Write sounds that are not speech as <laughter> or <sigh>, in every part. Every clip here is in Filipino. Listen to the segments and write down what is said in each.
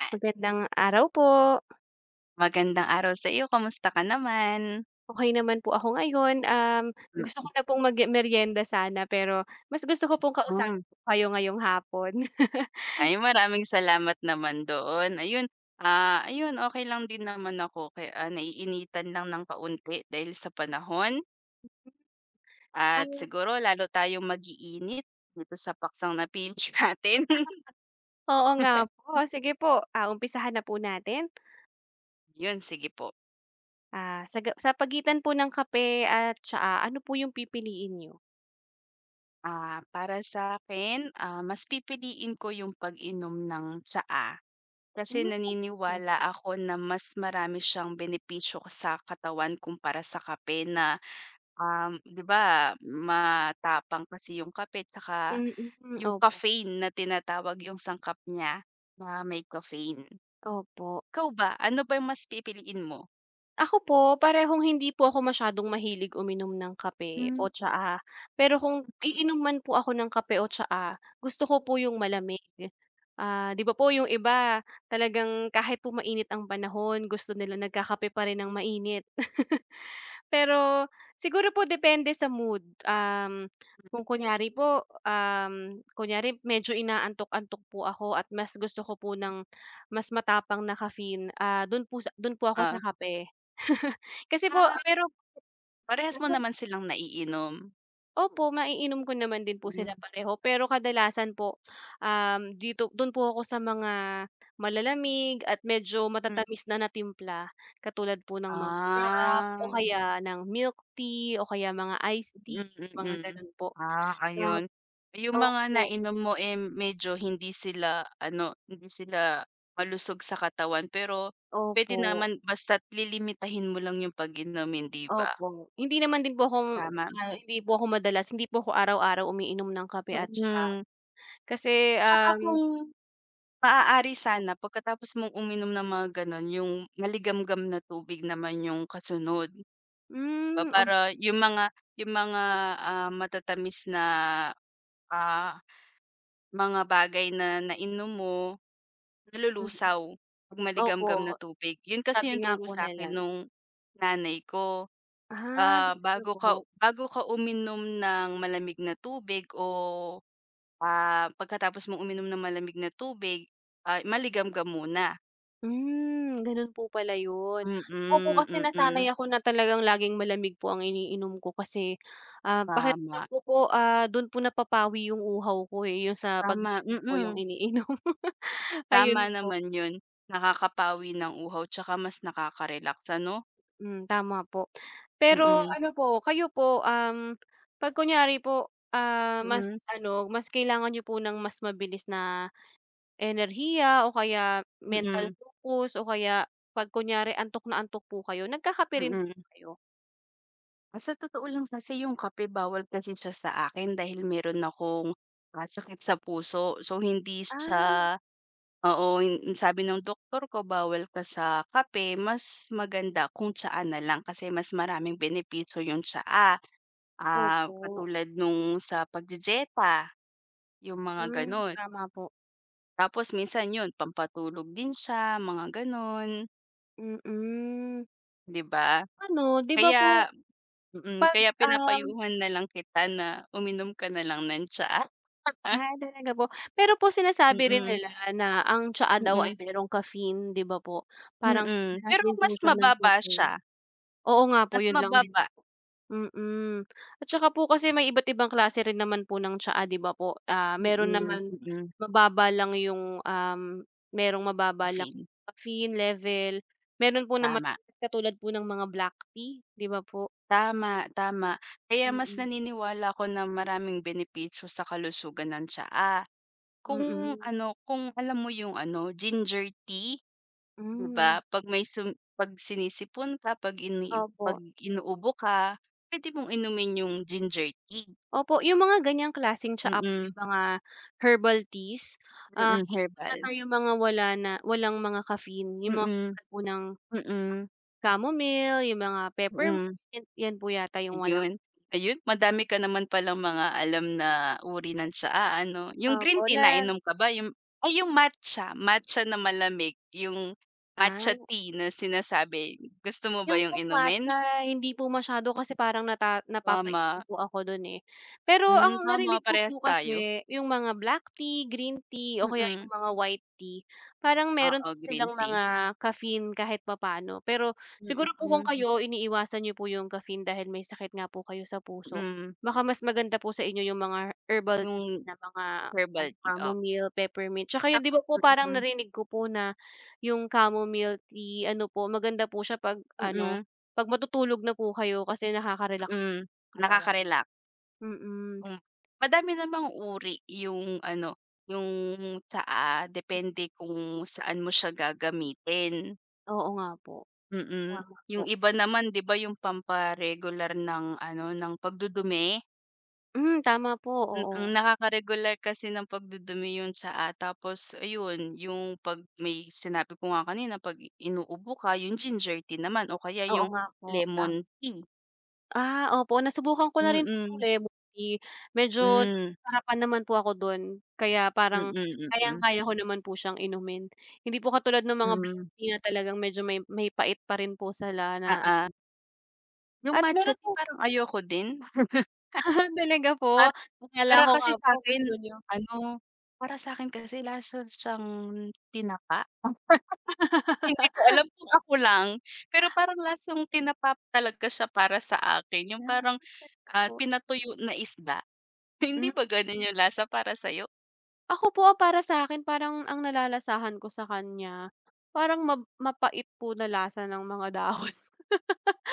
Yan, Magandang araw po. magandang araw sa iyo, kamusta ka naman? Okey naman po ako ngayon, gusto ko na pong mag-meryenda sana pero mas gusto ko pong kausapin Mm. po kayo ngayong hapon. <laughs> Ay, maraming salamat naman doon. Ayun, ayun okay lang din naman ako kaya, naiinitan lang ng kaunti dahil sa panahon at Ah, siguro lalo tayong mag-iinit dito sa paksang napili <laughs> natin. oo nga po. Sige po, umpisahan na po natin. Yun, sige po. Sa sa pagitan po ng kape at tsaa, ano po yung pipiliin niyo? Ah, para sa'kin, mas pipiliin ko yung pag-inom ng tsaa. Kasi Hmm. naniniwala Mm. ako na mas marami siyang benepisyo sa katawan kumpara sa kape na, 'di ba matapang kasi yung kape tsaka Mm. Mm. yung Opo. caffeine na tinatawag yung sangkap niya na may caffeine. Opo. Ikaw ba, ano ba yung mas pipiliin mo? Ako po, parehong hindi po ako masyadong mahilig uminom ng kape Hmm. o tsaa. Pero kung iinom man po ako ng kape o tsaa, gusto ko po yung malamig. Ah, 'di ba po yung iba, talagang kahit po mainit ang panahon, gusto nila nagkakape pa rin ng mainit. <laughs> Pero siguro po depende sa mood, kung kunyari po, um, kunyari medyo inaantok-antok po ako at mas gusto ko po ng mas matapang na caffeine, dun po ako sa Ah, kape. <laughs> Kasi po. Pero parehas mo naman silang naiinom? Opo, maiinom ko naman din po Hmm, sila pareho, pero kadalasan po, do'n po ako sa mga malalamig at medyo hmm, matatamis na na timpla, katulad po ng mga frappe o ah. kaya ng milk tea o kaya mga iced tea, Hmm, mga mm. gano'n po. Ah, At ayun. Yung mga opo, nainom mo, eh, medyo hindi sila ano, hindi sila malusog sa katawan pero pwede opo, naman basta't lilimitahin mo lang yung pag-inom, hindi ba? opo. Hindi naman din po ako, Tama? Hindi po ako madalas, hindi po ako araw-araw umiinom ng kape Mm. at tsaa. Kasi, At saka kung maaari sana pagkatapos mong uminom ng mga gano'n yung maligamgam na tubig naman yung kasunod. Ba hmm. Para yung mga, matatamis na, ah, mga bagay na nainom mo Mm, nalulusaw 'pag opo, maligamgam na tubig. 'Yun kasi sabi yung nga turo po nila. sa'kin nung nanay ko. Ah, Ah, talaga bago po? ka bago ka uminom ng malamig na tubig o, pagkatapos mong uminom ng malamig na tubig, maligamgam muna. Hmm, gano'n po pala 'yun. Opo, Mm, kasi nasanay mm. ako na talagang laging malamig po ang iniinom ko kasi, pakiramdam Tama, ko po, do'n po napapawi yung uhaw ko, eh, yung sa 'pag tama, po yung mm. iniinom. <laughs> Tama Ayun po, naman 'yun. Nakakapawi ng uhaw 'tsaka mas nakaka-relax ano? hmm, tama po. Pero Mm, ano po, kayo po, 'pag kunyari po, mas mm, ano, mas kailangan niyo po ng mas mabilis na enerhiya o kaya mental mm, focus o kaya 'pag kunyari antok na antok po kayo, nagkakape rin po mm. kayo? Ah, sa totoo lang kasi yung kape bawal kasi siya sa akin dahil meron akong, sakit sa puso. So hindi Ah, siya oo, hin hin- sabi ng doktor ko bawal ka sa kape, mas maganda kung tsaa na lang kasi mas maraming benepisyo yung tsaa. Ah, opo. katulad nung sa pagjejeta yung mga Hmm, gano'n. tama po. Tapos minsan yun pampatulog din siya, mga gano'n, Mm. 'di ba? Ano, 'di ba po Kaya mm, 'pag, kaya um pinapayuhan na lang kita na uminom ka na lang ng tsaa. Talaga po. Pero po sinasabi rin Mm, nila na ang tsaa daw ay mm, merong caffeine, 'di ba po? Parang mm. parehas Pero din po mas siya ng mababa kape. siya, Oo nga po, mas yun lang din. mababa Mm. At saka po kasi may iba't ibang klase rin naman po ng tsaa, 'di ba po? Ah, meron mm, naman mm, mababa lang yung, merong mababa lang caffeine. caffeine level, meron po na mataas Tama, katulad po ng mga black tea, 'di ba po? tama, tama. Kaya mas Mm. naniniwala ako na maraming benepisyo sa kalusugan ng tsaa. Mm. Kung alam mo yung ano, ginger tea, 'di ba? Hmm, 'Pag may sum 'Pag sinisipon ka, opo. 'pag inuubo ka, puwede mong inumin yung ginger tea. Opo, yung mga ganyang klaseng tsaa po, Mm, yung mga herbal teas, mm, yun po ata herbal. yung mga walang mga caffeine, yung Mm, mga mm, katulad po ng mm. chamomile, yung mga peppermint, Mm. yan po yata yung walang. Ayun, Ayun madami ka naman palang mga alam na uri ng tsaa ano. Yung green Opo, tea na. nainom ka ba yung ay yung matcha, matcha na malamig yung matcha Ah. tea na sinasabi, gusto mo ba Yung yung po inumin? matcha, hindi po masyado kasi parang napapaisip Tama, po ako dun, eh. Pero ang tama narinig ko parehas po tayo, kasi yung mga black tea, green tea o kaya yung mm, mga white tea, parang meron oo po green silang tea, mga caffeine kahit papaano. Pero siguro po kung mm, kayo iniiwasan niyo po yung caffeine dahil may sakit nga po kayo sa puso, mm, baka mas maganda po sa inyo yung mga herbal tea yung na mga herbal ano, tea, oh, chamomile, peppermint. Tsaka yun, 'di tsaka ba po, parang mm, narinig ko po na yung chamomile tea ano po, maganda po siya 'pag ano, mm, 'pag matutulog na po kayo kasi nakaka-relax po mm, ang katawan. nakakarela. Mm, um, Madami namang uri yung ano, yung sa, depende kung saan mo siya gagamitin, oo nga po, mm. tama po. Yung iba naman 'di ba yung pampa-regular ng ano, ng pagdudumi, Hmm, tama po, oo. Nakaka-regular kasi ng pagdudumi yung tsaa tapos ayun, yung 'pag may sinabi ko nga kanina 'pag inuubo ka yung ginger tea naman o kaya Oo yung nga po, tam lemon tea, opo, nasubukan ko mm. na rin po yung Mm. lemon tea, medyo Hmm, nasarapan naman po ako dun kaya mm, parang mm, mm. kayang-kaya ko naman po siyang inumin. Hindi po katulad ng mga black Mm, tea na talagang medyo may pait pa rin po sila na oo. ano Yung at matcha meron po. tea parang ayoko din. <laughs> Talaga po, Para akala para ko nga kasi po sa'kin gusto niyo. ano, para sa'kin kasi lasa siyang tinapa. <laughs> Hindi ko alam kung ako lang, pero parang lasang tinapa talaga siya para sa akin, yung Ah, parang, talaga po. pinatuyo na isda. <laughs> Hindi Hmm, ba gano'n yung lasa para sa'yo? ako po, para sa'kin parang ang nalalasahan ko sa kanya, parang mapait po na lasa ng mga dahon. <laughs>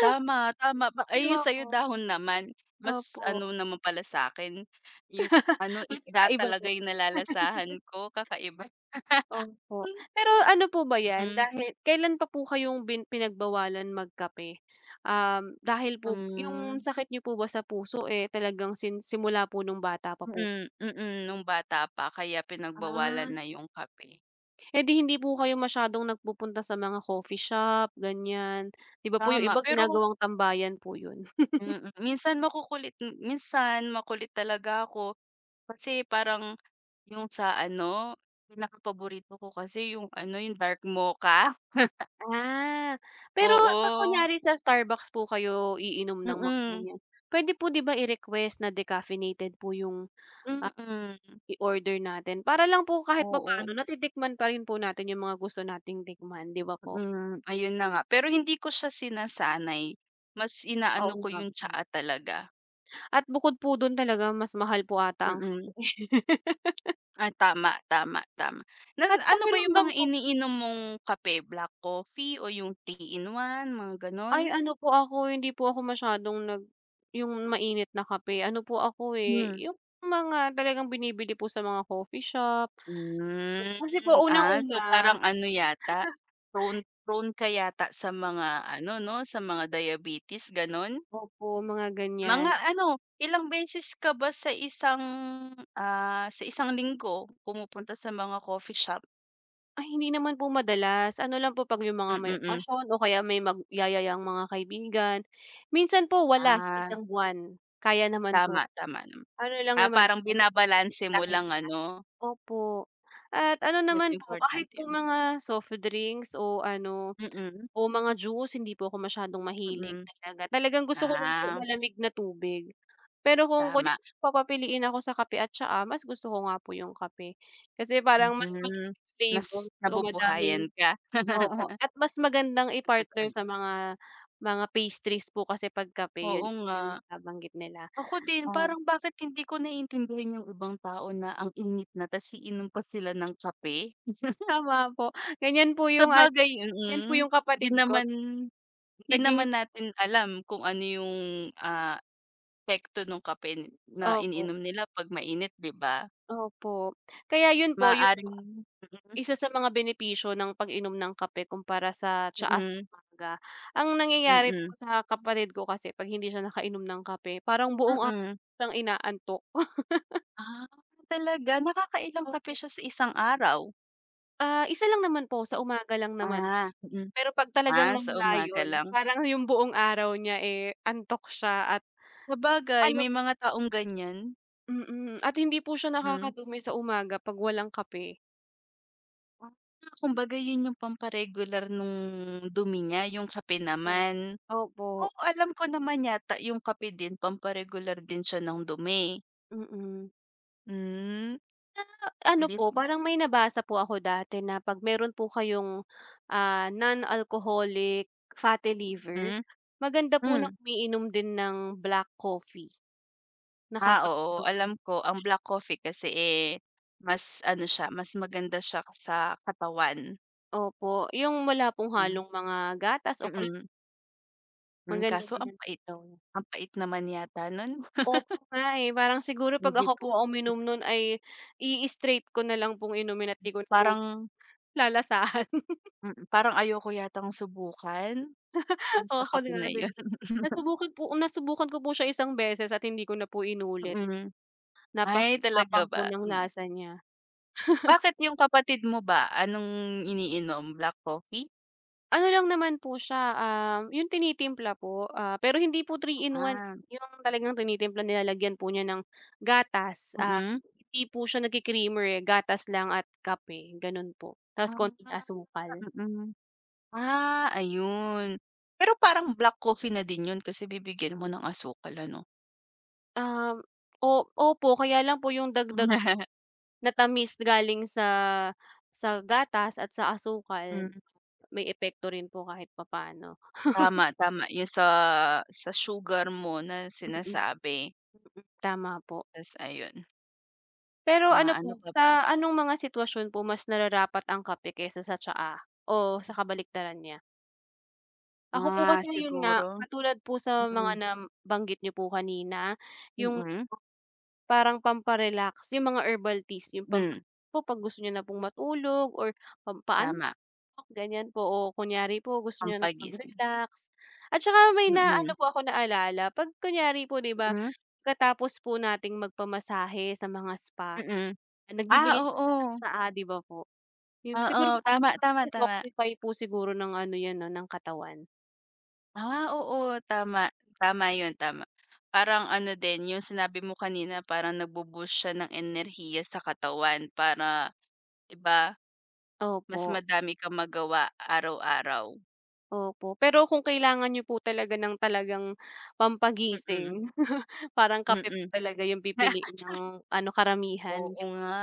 Tama, tama ba 'Di ay ba yung po? sa'yo dahon naman, mas Opo. ano naman pala sa'kin, yung ano isda Magkakaiba talaga po. yung nalalasahan ko, kakaiba. <laughs> Opo. Pero ano po ba 'yan, Mm-hmm. dahil kailan pa po kayong pinagbawalan magkape? Dahil po Mm, yung hmm. sakit niyo po ba sa puso, eh, talagang simula po nung bata pa po? Nung bata pa kaya pinagbawalan Ah. na yung kape. Eh, di hindi po kayo masyadong nagpupunta sa mga coffee shop, ganyan? 'Di ba po yung Tama, iba pero ginagawang tambayan po yun? mm, minsan makukulit minsan makulit talaga ako kasi parang yung sa ano, pinakapaborito ko kasi yung ano, yung dark mocha, Ah, pero 'pag oo. kunyari sa Starbucks po kayo iinom ng mga Mm, ganyan, puwede po, 'di ba, i-request na decaffeinated po yung mm, i-order natin para lang po kahit oo, papaano natitikman pa rin po natin yung mga gusto nating tikman, 'di ba po? mm, ayun na nga. Pero hindi ko siya sinasanay, mas Oo inaano ko nga yung po. tsaa talaga, At bukod po dun, talaga mas mahal po ata ang mm. kape Ay tama, tama, tama. Na at ano ba yung pakiramdam mga ko, iniinom mong kape, black coffee o yung 3-in-1, mga gano'n? ay ano po ako, hindi po ako masyadong yung mainit na kape. Ano po ako, eh, Hmm, yung mga talagang binibili po sa mga coffee shop. Kasi po, so unang-una, parang ano yata, prone prone ka yata sa mga ano 'no, sa mga diabetes gano'n? opo, mga ganyan. Mga ano, ilang beses ka ba sa isang linggo pumupunta sa mga coffee shop? Ay hindi naman po madalas, ano lang po 'pag yung mga may Mm, hmm. okasyon o kaya may magyayayang mga kaibigan. Minsan po wala sa Ah, isang buwan, kaya naman tama, po. tama naman. Ano lang Ah, naman po parang pag binabalanse mo lang kita-kita. ano? Opo, at ano Mas naman po, kahit importante po yun. mga soft drinks o ano Mm, o mga juice, hindi po ako masyadong mahilig mm. talaga. Talagang gusto ko lang po Ah, malamig na tubig. Pero kung kunyari tama. papapiliin ako sa kape at tsaa, mas gusto ko nga po yung kape. Kasi parang mas Hmm, madaming flavor Mas o madaming, nabubuhayan ka. opo, <laughs> at mas magandang Totoo i-partner yan. sa mga pastries po kasi 'pag kape yun Oo yung nga. nabanggit nila. Ako din Oo, parang bakit hindi ko naiintindihan yung ibang tao na ang init na ta's iinom pa sila ng kape. <laughs> tama po. Ganyan po yung ano, Sabagay yan po mm. yung Hindi kapatid ko, naman hindi naging naman natin alam kung ano yung, ah, epekto ng kape na opo, iniinom nila 'pag mainit, 'di ba? opo. Kaya yun po yung Maaaring isa sa mga benepisyo ng pag-inom ng kape kumpara sa tsaa sa mm, umaga, ang nangyayari mm, po sa kapatid ko kasi 'pag hindi siya nakainom ng kape parang mm, buong araw mm. siyang inaantok. Ah, talaga? Nakakailang kape Opo, siya sa isang araw? Isa lang naman po, sa umaga lang naman. Ah, mm. Pero 'pag talagang Ah, sa nawala umaga yun, lang. parang yung buong araw niya, eh, antok siya at Sabagay ano may po, mga taong ganyan. At hindi po siya Mm. nakakadumi sa umaga 'pag walang kape. Ah, kumbaga yun yung pampa-regular nung dumi niya, yung kape O naman. opo, Oo, alam ko naman yata yung kape din pampa-regular din siya ng dumi. mm. Hmm, at Ano po, least parang may nabasa po ako dati na 'pag meron po kayong, non-alcoholic fatty liver, hmm, maganda po na hmm. umiinom din ng black coffee. Ah, oo, Nakakatulong din alam ko po ang siya. black coffee kasi, eh, mas ano siya, mas maganda siya sa katawan. Opo, yung wala pong Hmm, halong mga gatas o cream, mm. Maganda Kaso naman po daw yun. ang pait naman yata nun. <laughs> Opo nga, eh, parang siguro 'pag Hindi ako ko po ang hmm, uminom nun ay i-straight ko na lang pong inumin at 'di ko na po parang lalasahan. parang ayoko yatang subukan <laughs> dun Oo, sa ako na kape nga na din. yun. <laughs> Nasubukan po, ko po siya isang beses at hindi ko na po inulit. Mm. Ay, talaga Napakatapang po ba? ng Mm. lasa niya. Bakit yung kapatid mo ba, anong iniinom, black coffee? Ano lang naman po siya, yung tinitimpla po, pero hindi po three in one, Ah, yung talagang tinitimpla nilalagyan po niya ng gatas, mm. hindi po siya nagki-creamer, eh, gatas lang at kape, gano'n po. Tapos konting Ah, asukal. mm. Ah, ayun. Pero parang black coffee na din yun kasi bibigyan mo ng asukal ano? Um, O opo, kaya lang po yung dagdag <laughs> na tamis galing sa gatas at sa asukal, Hmm, may epekto rin po kahit papaano. Tama, tama yung sa sugar mo na Mm, sinasabi. tama po. Tas ayun, Pero mga ano po, ano pa sa ba, anong mga sitwasyon po mas nararapat ang kape kaysa sa tsaa o sa kabaliktaran niya? Ako po mga kasi, yun nga, siguro katulad po sa mga mm, nabanggit niyo po kanina, yung mm, parang yung mga herbal teas, yung pampa hmm, po 'pag gusto niyo na pong matulog or tama pampaantok, ganyan po, o kunyari po gusto niyo na pampagising, mag-relax. At saka may na ano mm, po ako naalala, 'pag kunyari po, 'di ba, mm, pagkatapos po nating magpamasahe sa mga spa, mm. Ah, nagbibigay po sila ng oo, tsaa, 'di ba po? Yung oo, siguro tama, parang tama, tama. detoxify po siguro ng ano 'yan 'no, ng katawan. Ah, oo, tama, tama yun, tama. Parang ano din yung sinabi mo kanina parang nagbo-boost siya ng enerhiya sa katawan para 'di ba Opo, mas madami kang magawa araw-araw, opo. Pero kung kailangan niyo po talaga ng talagang mm, pampagising, <laughs> parang kape po mm. talaga yung <laughs> pipiliin ng ano, karamihan, Oo 'di ba? nga,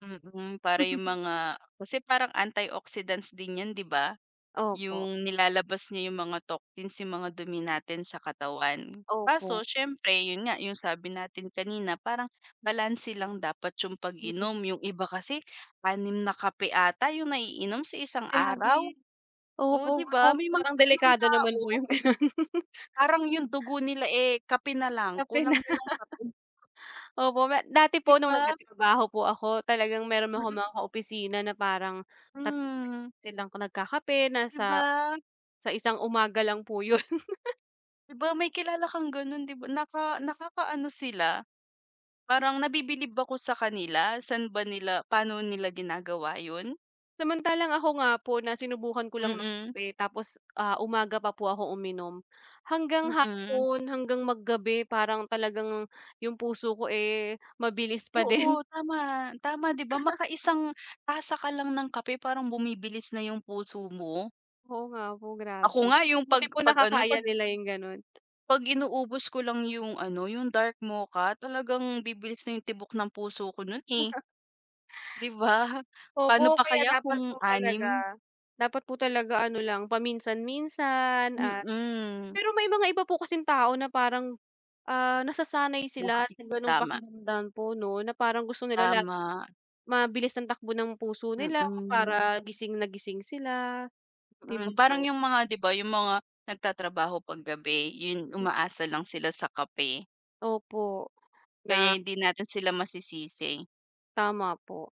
para yung <laughs> mga kasi parang antioxidants din 'yan 'di ba? Opo, Yung nilalabas niya yung mga toxins, yung mga dumi natin sa katawan. opo, Kaso siyempre yun nga, yung sabi natin kanina parang balanse lang dapat yung mm. pag-inom, yung iba kasi anim na kape ata yung naiinom sa isang Grabe, araw. Oh 'di opo, ako ba may mga parang gano'ng delikado tao, naman po yung gano'n. <laughs> parang yung dugo nila, eh, kape na lang, Kape. kulang nilang kape, Opo, dati 'di po nung ba? nagtatrabaho po ako, talagang meron akong mga kaopisina na parang 3 Mm. silang nagkakape na 'Di sa ba? sa isang umaga lang po yun. <laughs> 'Di ba may kilala kang gano'n 'di ba nakakaano sila, parang nabibilib ako sa kanila saan ba nila paano nila ginagawa 'yun? Samantalang ako nga po na sinubukan ko lang Mm, magkape tapos, umaga pa po ako uminom. Hanggang mm. hapon, hanggang maggabi, parang talagang yung puso ko, eh, mabilis pa <laughs> Oo, din. tama, tama 'di ba makaisang tasa ka lang ng kape parang bumibilis na 'yung puso mo. Oo nga po, Ako grabe. nga 'yung 'pag Buti po 'pag ano nakakaya 'pag nila yung gano'n. 'pag inuubos ko lang 'yung ano 'yung dark mocha talagang bibilis na 'yung tibok ng puso ko nun, eh, 'di ba? <laughs> Opo, Paano pa kaya kaya dapat kung po talaga anim dapat po talaga ano lang, paminsan-minsan, at Mm, pero may mga iba po kasing tao na parang, nasasanay sila buhay sa gano'ng tama. pakiramdam po 'no, na parang gusto nila laging Tama, mabilis ang takbo ng puso mm, nila mm. para gising na gising sila, 'di ba Parang po? yung mga 'di ba yung mga nagtatrabaho paggabi, yun umaasa lang sila sa kape, Opo, na kaya hindi natin sila masisisi. tama po.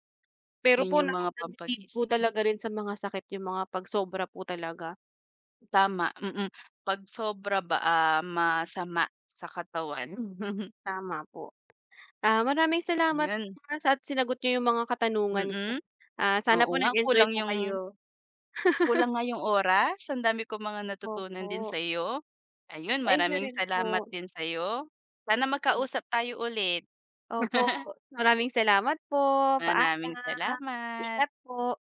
Pero Yun po yung mga nagli-lead po pampagising talaga rin sa mga sakit yung mga 'pag sobra po talaga, tama. 'Pag sobra ba, masama sa katawan. <laughs> tama po. Ah, maraming salamat Ayun, po at sinagot niyo yung mga katanungan ko. mm. Ah, sana Oo po nga nag-enjoy po kayo. kulang nga yung oras, ang dami kong mga natutunan Opo, din sa'yo. Ayun, ay niyo maraming rin po. salamat din sa'yo. Sana magkausap tayo ulit. Opo, maraming salamat po. Maraming Paalam. salamat. Ingat po.